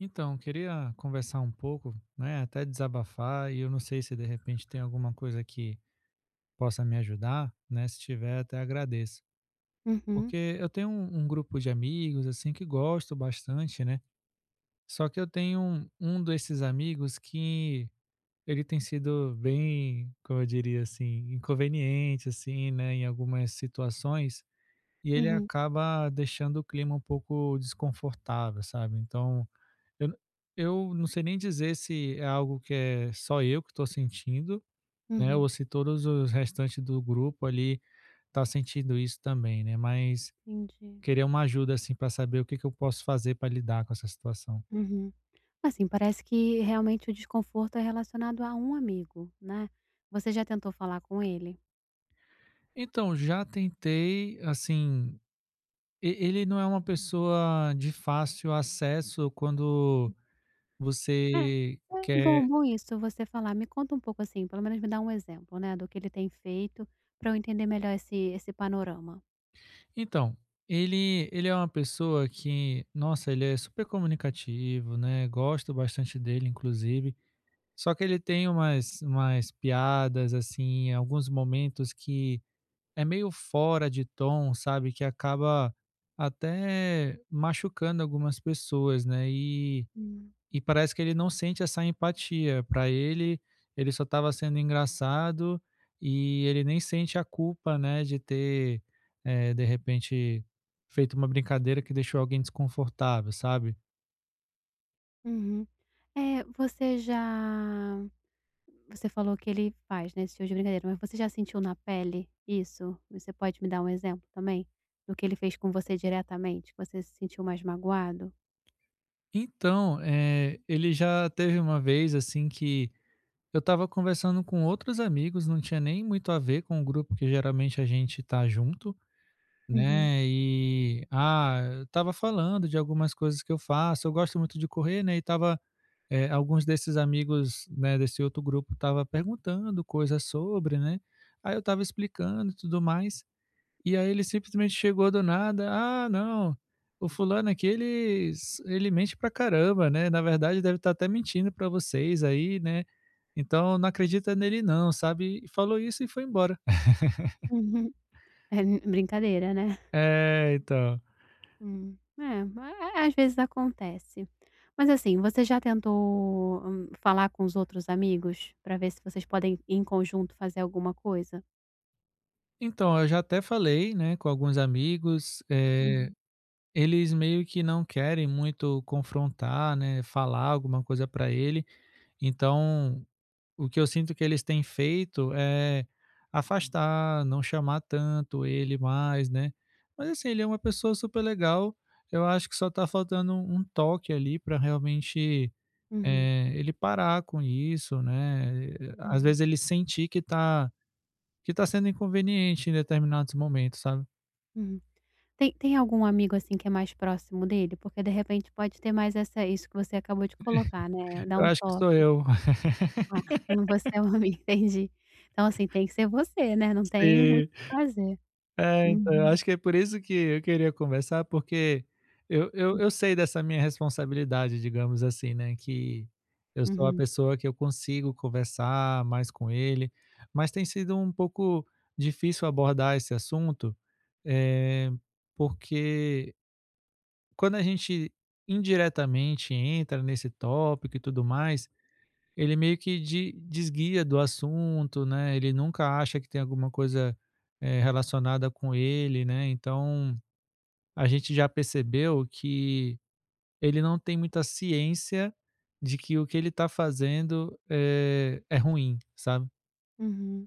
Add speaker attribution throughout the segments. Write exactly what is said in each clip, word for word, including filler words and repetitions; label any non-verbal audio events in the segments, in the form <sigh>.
Speaker 1: Então, queria conversar um pouco, né, até desabafar, e eu não sei se de repente tem alguma coisa que possa me ajudar, né? Se tiver, até agradeço.
Speaker 2: Uhum,
Speaker 1: Porque eu tenho um, um grupo de amigos, assim, que gosto bastante, né? Só que eu tenho um, um desses amigos que ele tem sido bem, como eu diria assim, inconveniente, assim, né, em algumas situações, e ele
Speaker 2: uhum,
Speaker 1: acaba deixando o clima um pouco desconfortável, sabe? Então. Eu eu não sei nem dizer se é algo que é só eu que estou sentindo, né,
Speaker 2: uhum.
Speaker 1: ou se todos os restantes do grupo ali tá sentindo isso também, né, mas
Speaker 2: Entendi.
Speaker 1: queria uma ajuda, assim, para saber o que que eu posso fazer para lidar com essa situação.
Speaker 2: Uhum. Assim, parece que realmente o desconforto é relacionado a um amigo, né. Você já tentou falar com ele?
Speaker 1: Então, já tentei, assim, e ele não é uma pessoa de fácil acesso quando
Speaker 2: É,
Speaker 1: você
Speaker 2: é. Bom,
Speaker 1: quer.
Speaker 2: bom isso você falar. Me conta um pouco, assim, pelo menos me dá um exemplo, né, do que ele tem feito para eu entender melhor esse esse panorama.
Speaker 1: Então, ele ele é uma pessoa que, nossa, ele é super comunicativo, né, gosto bastante dele inclusive, só que ele tem umas umas piadas, assim, alguns momentos que é meio fora de tom, sabe, que acaba até machucando algumas pessoas, né, e
Speaker 2: Hum,
Speaker 1: e parece que ele não sente essa empatia. Para ele, ele só estava sendo engraçado e ele nem sente a culpa, né, de ter, eh, de repente, feito uma brincadeira que deixou alguém desconfortável, sabe.
Speaker 2: uhum. é você já Você falou que ele faz, né, esse tipo de brincadeira, mas você já sentiu na pele isso? Você pode me dar um exemplo também do que ele fez com você diretamente, que você se sentiu mais magoado?
Speaker 1: Então, eh, ele já teve uma vez, assim, que eu estava conversando com outros amigos, não tinha nem muito a ver com o grupo que geralmente a gente tá junto,
Speaker 2: Uhum.
Speaker 1: né, e, ah, eu estava falando de algumas coisas que eu faço, eu gosto muito de correr, né, e estava eh, alguns desses amigos, né, desse outro grupo estava perguntando coisas sobre, né, aí eu estava explicando e tudo mais, e aí ele simplesmente chegou do nada: "Ah, não, o fulano aqui ele s ele mente pra caramba, né, na verdade deve estar até mentindo pra vocês aí, né, então não acredita nele não", sabe, e falou isso e foi embora.
Speaker 2: Uhum. É n brincadeira, né?
Speaker 1: É, então.
Speaker 2: Hum. É, a a- às vezes acontece. Mas assim, você já tentou, hum, falar com os outros amigos para ver se vocês podem em conjunto fazer alguma coisa?
Speaker 1: Então, eu já até falei, né, com alguns amigos, eh.
Speaker 2: Uhum,
Speaker 1: Eles meio que não querem muito confrontar, né, falar alguma coisa para ele, então o que eu sinto que eles têm feito é afastar, não chamar tanto ele mais, né. Mas assim, ele é uma pessoa super legal, eu acho que só tá faltando um um toque ali para realmente,
Speaker 2: uhum,
Speaker 1: eh, ele parar com isso, né, às
Speaker 2: uhum,
Speaker 1: vezes ele sentir que tá que tá sendo inconveniente em determinados momentos, sabe.
Speaker 2: uhum. Tem tem algum amigo, assim, que é mais próximo dele? Porque, de repente, pode ter mais essa isso que você acabou de colocar, né, dar
Speaker 1: Eu
Speaker 2: um
Speaker 1: acho que sou
Speaker 2: toque.
Speaker 1: eu. <laughs>
Speaker 2: "Ah, <laughs> você é um amigo", entendi. Então, assim, tem que ser você, né, não tem muito
Speaker 1: Sim.
Speaker 2: o que fazer.
Speaker 1: É, então,
Speaker 2: Uhum,
Speaker 1: acho que é por isso que eu queria conversar, porque eu eu eu sei dessa minha responsabilidade, digamos assim, né, que eu sou a
Speaker 2: uhum,
Speaker 1: pessoa que eu consigo conversar mais com ele, mas tem sido um pouco difícil abordar esse assunto, eh, porque quando a gente indiretamente entra nesse tópico e tudo mais, ele meio que de desguia do assunto, né, ele nunca acha que tem alguma coisa, eh, relacionada com ele, né, então a gente já percebeu que ele não tem muita ciência de que o que ele está fazendo, eh, é ruim, sabe.
Speaker 2: uhum.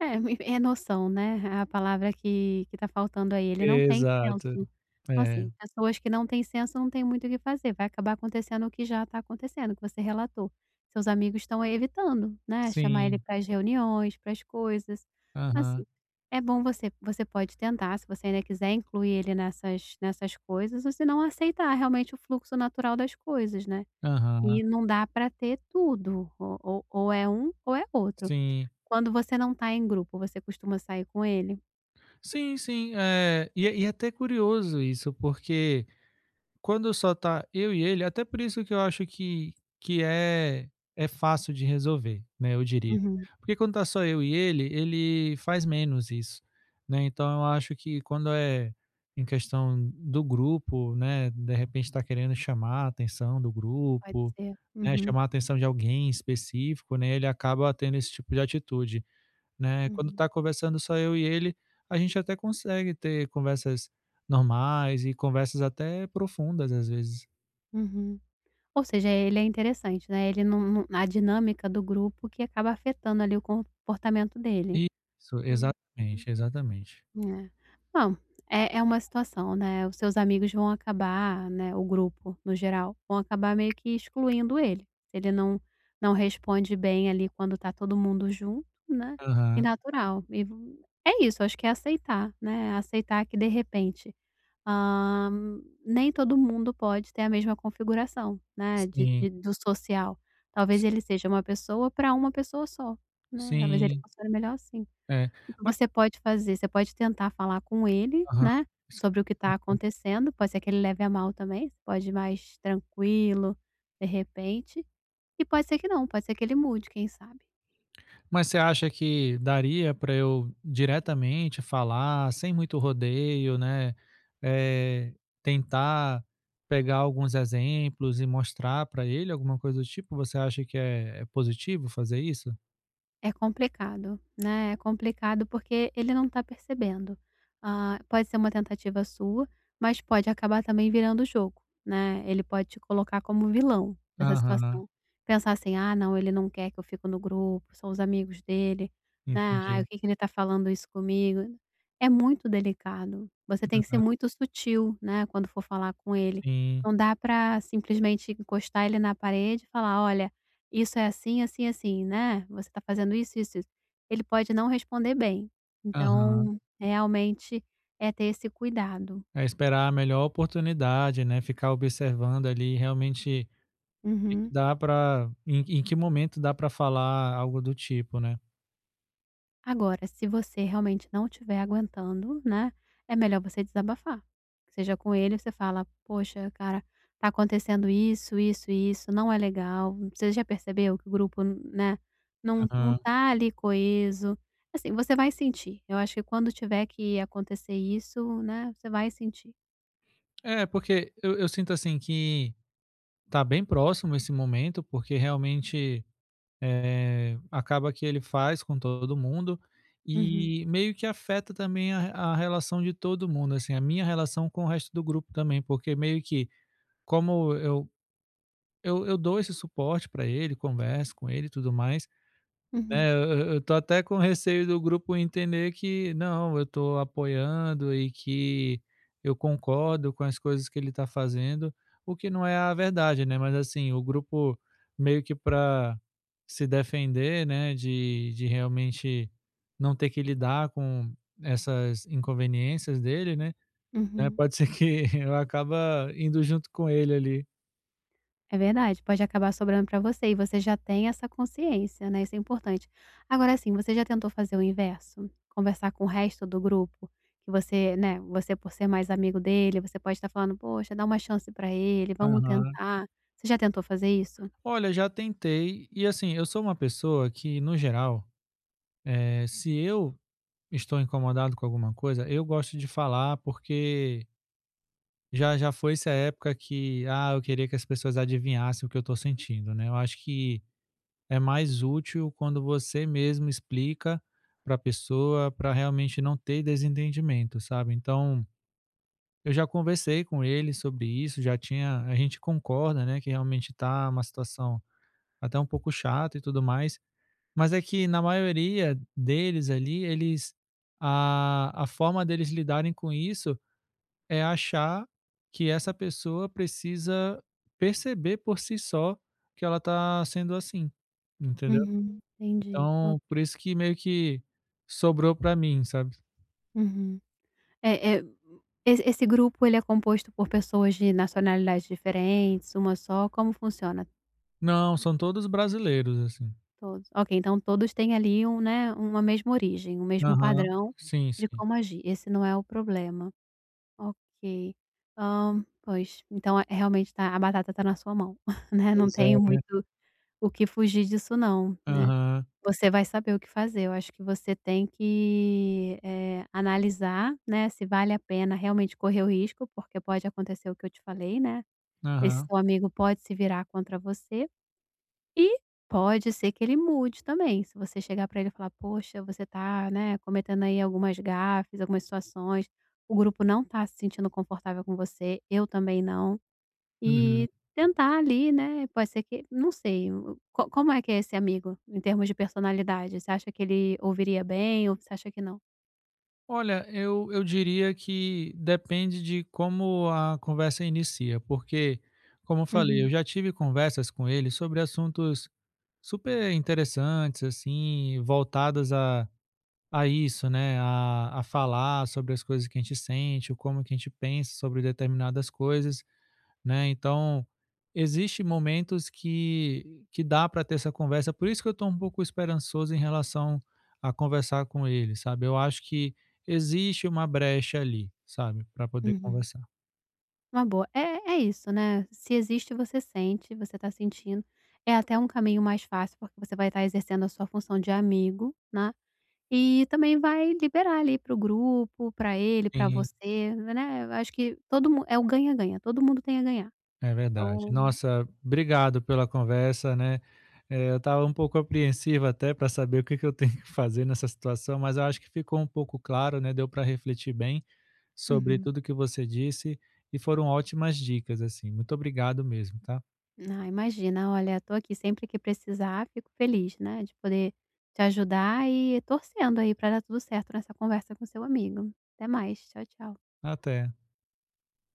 Speaker 2: É. É, me- é noção, né, a palavra que que tá faltando aí, ele não tem
Speaker 1: Exato.
Speaker 2: senso. Então
Speaker 1: É.
Speaker 2: assim, pessoas que não têm senso não têm muito o que fazer, vai acabar acontecendo o que já tá acontecendo, que você relatou. Seus amigos estão aí evitando, né, chamar ele
Speaker 1: Sim.
Speaker 2: para as reuniões, para as coisas. Assim,
Speaker 1: Aham.
Speaker 2: é bom você você pode tentar, se você ainda quiser incluir ele nessas nessas coisas, ou se não aceitar realmente o fluxo natural das coisas, né.
Speaker 1: Aham.
Speaker 2: E não dá para ter tudo, ou ou ou é um ou é outro.
Speaker 1: Sim.
Speaker 2: Quando você não tá em grupo, você costuma sair com ele?
Speaker 1: Sim, sim. Eh, e é e é até curioso isso, porque quando só tá eu e ele até por isso que eu acho que que é é fácil de resolver, né, eu diria.
Speaker 2: Uhum.
Speaker 1: Porque quando tá só eu e ele, ele faz menos isso, né, então eu acho que quando é em questão do grupo, né, de repente tá querendo chamar a atenção do
Speaker 2: Pode
Speaker 1: grupo,
Speaker 2: ser.
Speaker 1: né,
Speaker 2: Uhum,
Speaker 1: chamar a atenção de alguém específico, né, ele acaba tendo esse tipo de atitude né. Quando
Speaker 2: uhum,
Speaker 1: tá conversando só eu e ele, a gente até consegue ter conversas normais e conversas até profundas, às vezes.
Speaker 2: uhum. Ou seja, ele é interessante, né, ele não não a dinâmica do grupo que acaba afetando ali o comportamento dele.
Speaker 1: Isso,
Speaker 2: Hum.
Speaker 1: exatamente, exatamente.
Speaker 2: É. Bom, é é uma situação, né, os seus amigos vão acabar, né, o grupo no geral, vão acabar meio que excluindo ele. Se ele não não responde bem ali quando tá todo mundo junto, né, e
Speaker 1: Aham.
Speaker 2: natural. E v é isso, acho que é aceitar, né, aceitar que de repente, hã, nem todo mundo pode ter a mesma configuração, né, de
Speaker 1: Sim,
Speaker 2: de do social. Talvez
Speaker 1: sim,
Speaker 2: ele seja uma pessoa para uma pessoa só, né, talvez ele
Speaker 1: sim,
Speaker 2: funcione melhor assim.
Speaker 1: é.
Speaker 2: O que
Speaker 1: Mas
Speaker 2: você pode fazer? Você pode tentar falar com ele,
Speaker 1: aham.
Speaker 2: né, sobre o que está
Speaker 1: <unintelligible>
Speaker 2: acontecendo, pode ser que ele leve a mal também, você pode ir mais tranquilo, de repente, e pode ser que não, pode ser que ele mude, quem sabe.
Speaker 1: Mas você acha que daria para eu diretamente falar, sem muito rodeio, né, eh, tentar pegar alguns exemplos e mostrar para ele, alguma coisa do tipo? Você acha que é é positivo fazer isso?
Speaker 2: É complicado, né, é complicado porque ele não tá percebendo. Ah, pode ser uma tentativa sua, mas pode acabar também virando o jogo, né, ele pode te colocar como vilão dessa
Speaker 1: Aham,
Speaker 2: situação. Pensar assim: "Ah não, ele não quer que eu fico no grupo, são os amigos dele, né, Ah, o
Speaker 1: entendi.
Speaker 2: que que ele tá falando isso comigo?". É muito delicado, você tem que ser
Speaker 1: Aham,
Speaker 2: muito sutil, né, quando for falar com ele.
Speaker 1: sim.
Speaker 2: Não dá pra simplesmente encostar ele na parede e falar: "Olha, isso é assim, assim, assim, né, você está fazendo isso, isso, isso. Ele pode não responder bem,
Speaker 1: Aham.
Speaker 2: então realmente é ter esse cuidado.
Speaker 1: É esperar a melhor oportunidade, né, ficar observando ali realmente o que
Speaker 2: Uhum.
Speaker 1: dá para em em que momento dá para falar algo do tipo, né.
Speaker 2: Agora, se você realmente não estiver aguentando, né, é melhor você desabafar, seja com ele, você fala: "Poxa, cara, tá acontecendo isso, isso isso, não é legal, você já percebeu que o grupo, né, não não
Speaker 1: Aham.
Speaker 2: tá ali coeso", assim, você vai sentir, eu acho que quando tiver que acontecer isso, né, você vai sentir.
Speaker 1: É, porque eu eu sinto assim que tá bem próximo esse momento, porque realmente, eh, acaba que ele faz com todo mundo,
Speaker 2: Uhum,
Speaker 1: e meio que afeta também a a relação de todo mundo, assim, a minha relação com o resto do grupo também, porque meio que como eu eu eu dou esse suporte para ele, converso com ele e tudo mais,
Speaker 2: uhum,
Speaker 1: né, eu eu eu tô até com receio do grupo entender que não, eu tô apoiando e que eu concordo com as coisas que ele tá fazendo, o que não é a verdade, né, mas assim, o grupo meio que para se defender, né, de de realmente não ter que lidar com essas inconveniências dele, né, eh,
Speaker 2: uhum.
Speaker 1: pode ser que <laughs> eu acaba indo junto com ele ali.
Speaker 2: É verdade, pode acabar sobrando pra você e você já tem essa consciência, né, isso é importante. Agora assim, você já tentou fazer o inverso? Conversar com o resto do grupo? Que você, né, você por ser mais amigo dele, você pode estar falando: "Poxa, dá uma chance pra ele, vamos
Speaker 1: Aham.
Speaker 2: tentar". Você já tentou fazer isso?
Speaker 1: Olha, já tentei e, assim, eu sou uma pessoa que, no geral Eh, se eu estou incomodado com alguma coisa, eu gosto de falar porque já já foi essa época que, ah, eu queria que as pessoas adivinhassem o que eu estou sentindo, né? Eu acho que é mais útil quando você mesmo explica para a pessoa, para realmente não ter desentendimento, sabe? Então, eu já conversei com ele sobre isso, já tinha, a gente concorda, né, que realmente tá uma situação até um pouco chata e tudo mais. Mas é que na maioria deles ali, eles a a forma deles lidarem com isso é achar que essa pessoa precisa perceber por si só que ela tá sendo assim, entendeu?
Speaker 2: Uhum, entendi.
Speaker 1: Então,
Speaker 2: Ok.
Speaker 1: por isso que meio que sobrou pra mim, sabe?
Speaker 2: Uhum. É é esse esse grupo ele é composto por pessoas de nacionalidades diferentes, uma só, como funciona?
Speaker 1: Não, são todos brasileiros, assim.
Speaker 2: Todos. Ok, então todos têm ali um, né, uma mesma origem, um mesmo
Speaker 1: Aham.
Speaker 2: padrão
Speaker 1: Sim,
Speaker 2: de
Speaker 1: sim.
Speaker 2: como agir. Esse não é o problema. Ok. Hã, pois, então é realmente tá a batata tá na sua mão, <laughs> né, não
Speaker 1: Pois é,
Speaker 2: tem
Speaker 1: né?
Speaker 2: muito o que fugir disso não, né.
Speaker 1: Aham,
Speaker 2: Você vai saber o que fazer. Eu acho que você tem que, eh, analisar, né, se vale a pena realmente correr o risco, porque pode acontecer o que eu te falei, né, esse
Speaker 1: aham.
Speaker 2: seu amigo pode se virar contra você. E pode ser que ele mude também, se você chegar para ele e falar: "Poxa, você tá, né, cometendo aí algumas gafes, algumas situações, o grupo não tá se sentindo confortável com você, eu também não",
Speaker 1: Uhum.
Speaker 2: e tentar ali, né, pode ser que não sei, o co como é que é esse amigo em termos de personalidade? Você acha que ele ouviria bem ou você acha que não?
Speaker 1: Olha, eu eu diria que depende de como a conversa inicia, porque, como eu falei, eu
Speaker 2: Uhum,
Speaker 1: já tive conversas com ele sobre assuntos super interessantes, assim, voltadas a a isso, né, a a falar sobre as coisas que a gente sente, ou como que a gente pensa sobre determinadas coisas né? Então, existe momentos que que dá para ter essa conversa. Por isso que eu estou um pouco esperançoso em relação a conversar com ele, sabe? Eu acho que existe uma brecha ali, sabe, para poder
Speaker 2: uhum.
Speaker 1: conversar.
Speaker 2: Uma boa. É é isso, né, se existe você sente, você tá sentindo, é até um caminho mais fácil, porque você vai estar exercendo a sua função de amigo, né, E também vai liberar ali para o grupo, para ele, para
Speaker 1: Sim,
Speaker 2: você, né, eu acho que todo mundo é o ganha-ganha, todo mundo tem a ganhar.
Speaker 1: é verdade.
Speaker 2: Então
Speaker 1: Nossa, obrigado pela conversa, né? Eh, eu estava um pouco apreensivo até para saber o que que eu <laughs> tenho que fazer nessa situação, mas eu acho que ficou um pouco claro, né? Deu para refletir bem sobre
Speaker 2: uhum.
Speaker 1: tudo que você disse e foram ótimas dicas, assim. Muito obrigado mesmo, tá?
Speaker 2: Ah, imagina, olha, tô aqui sempre que precisar, fico feliz, né, de poder te ajudar e torcendo aí para dar tudo certo nessa conversa com seu amigo. Até mais, tchau, tchau.
Speaker 1: Até.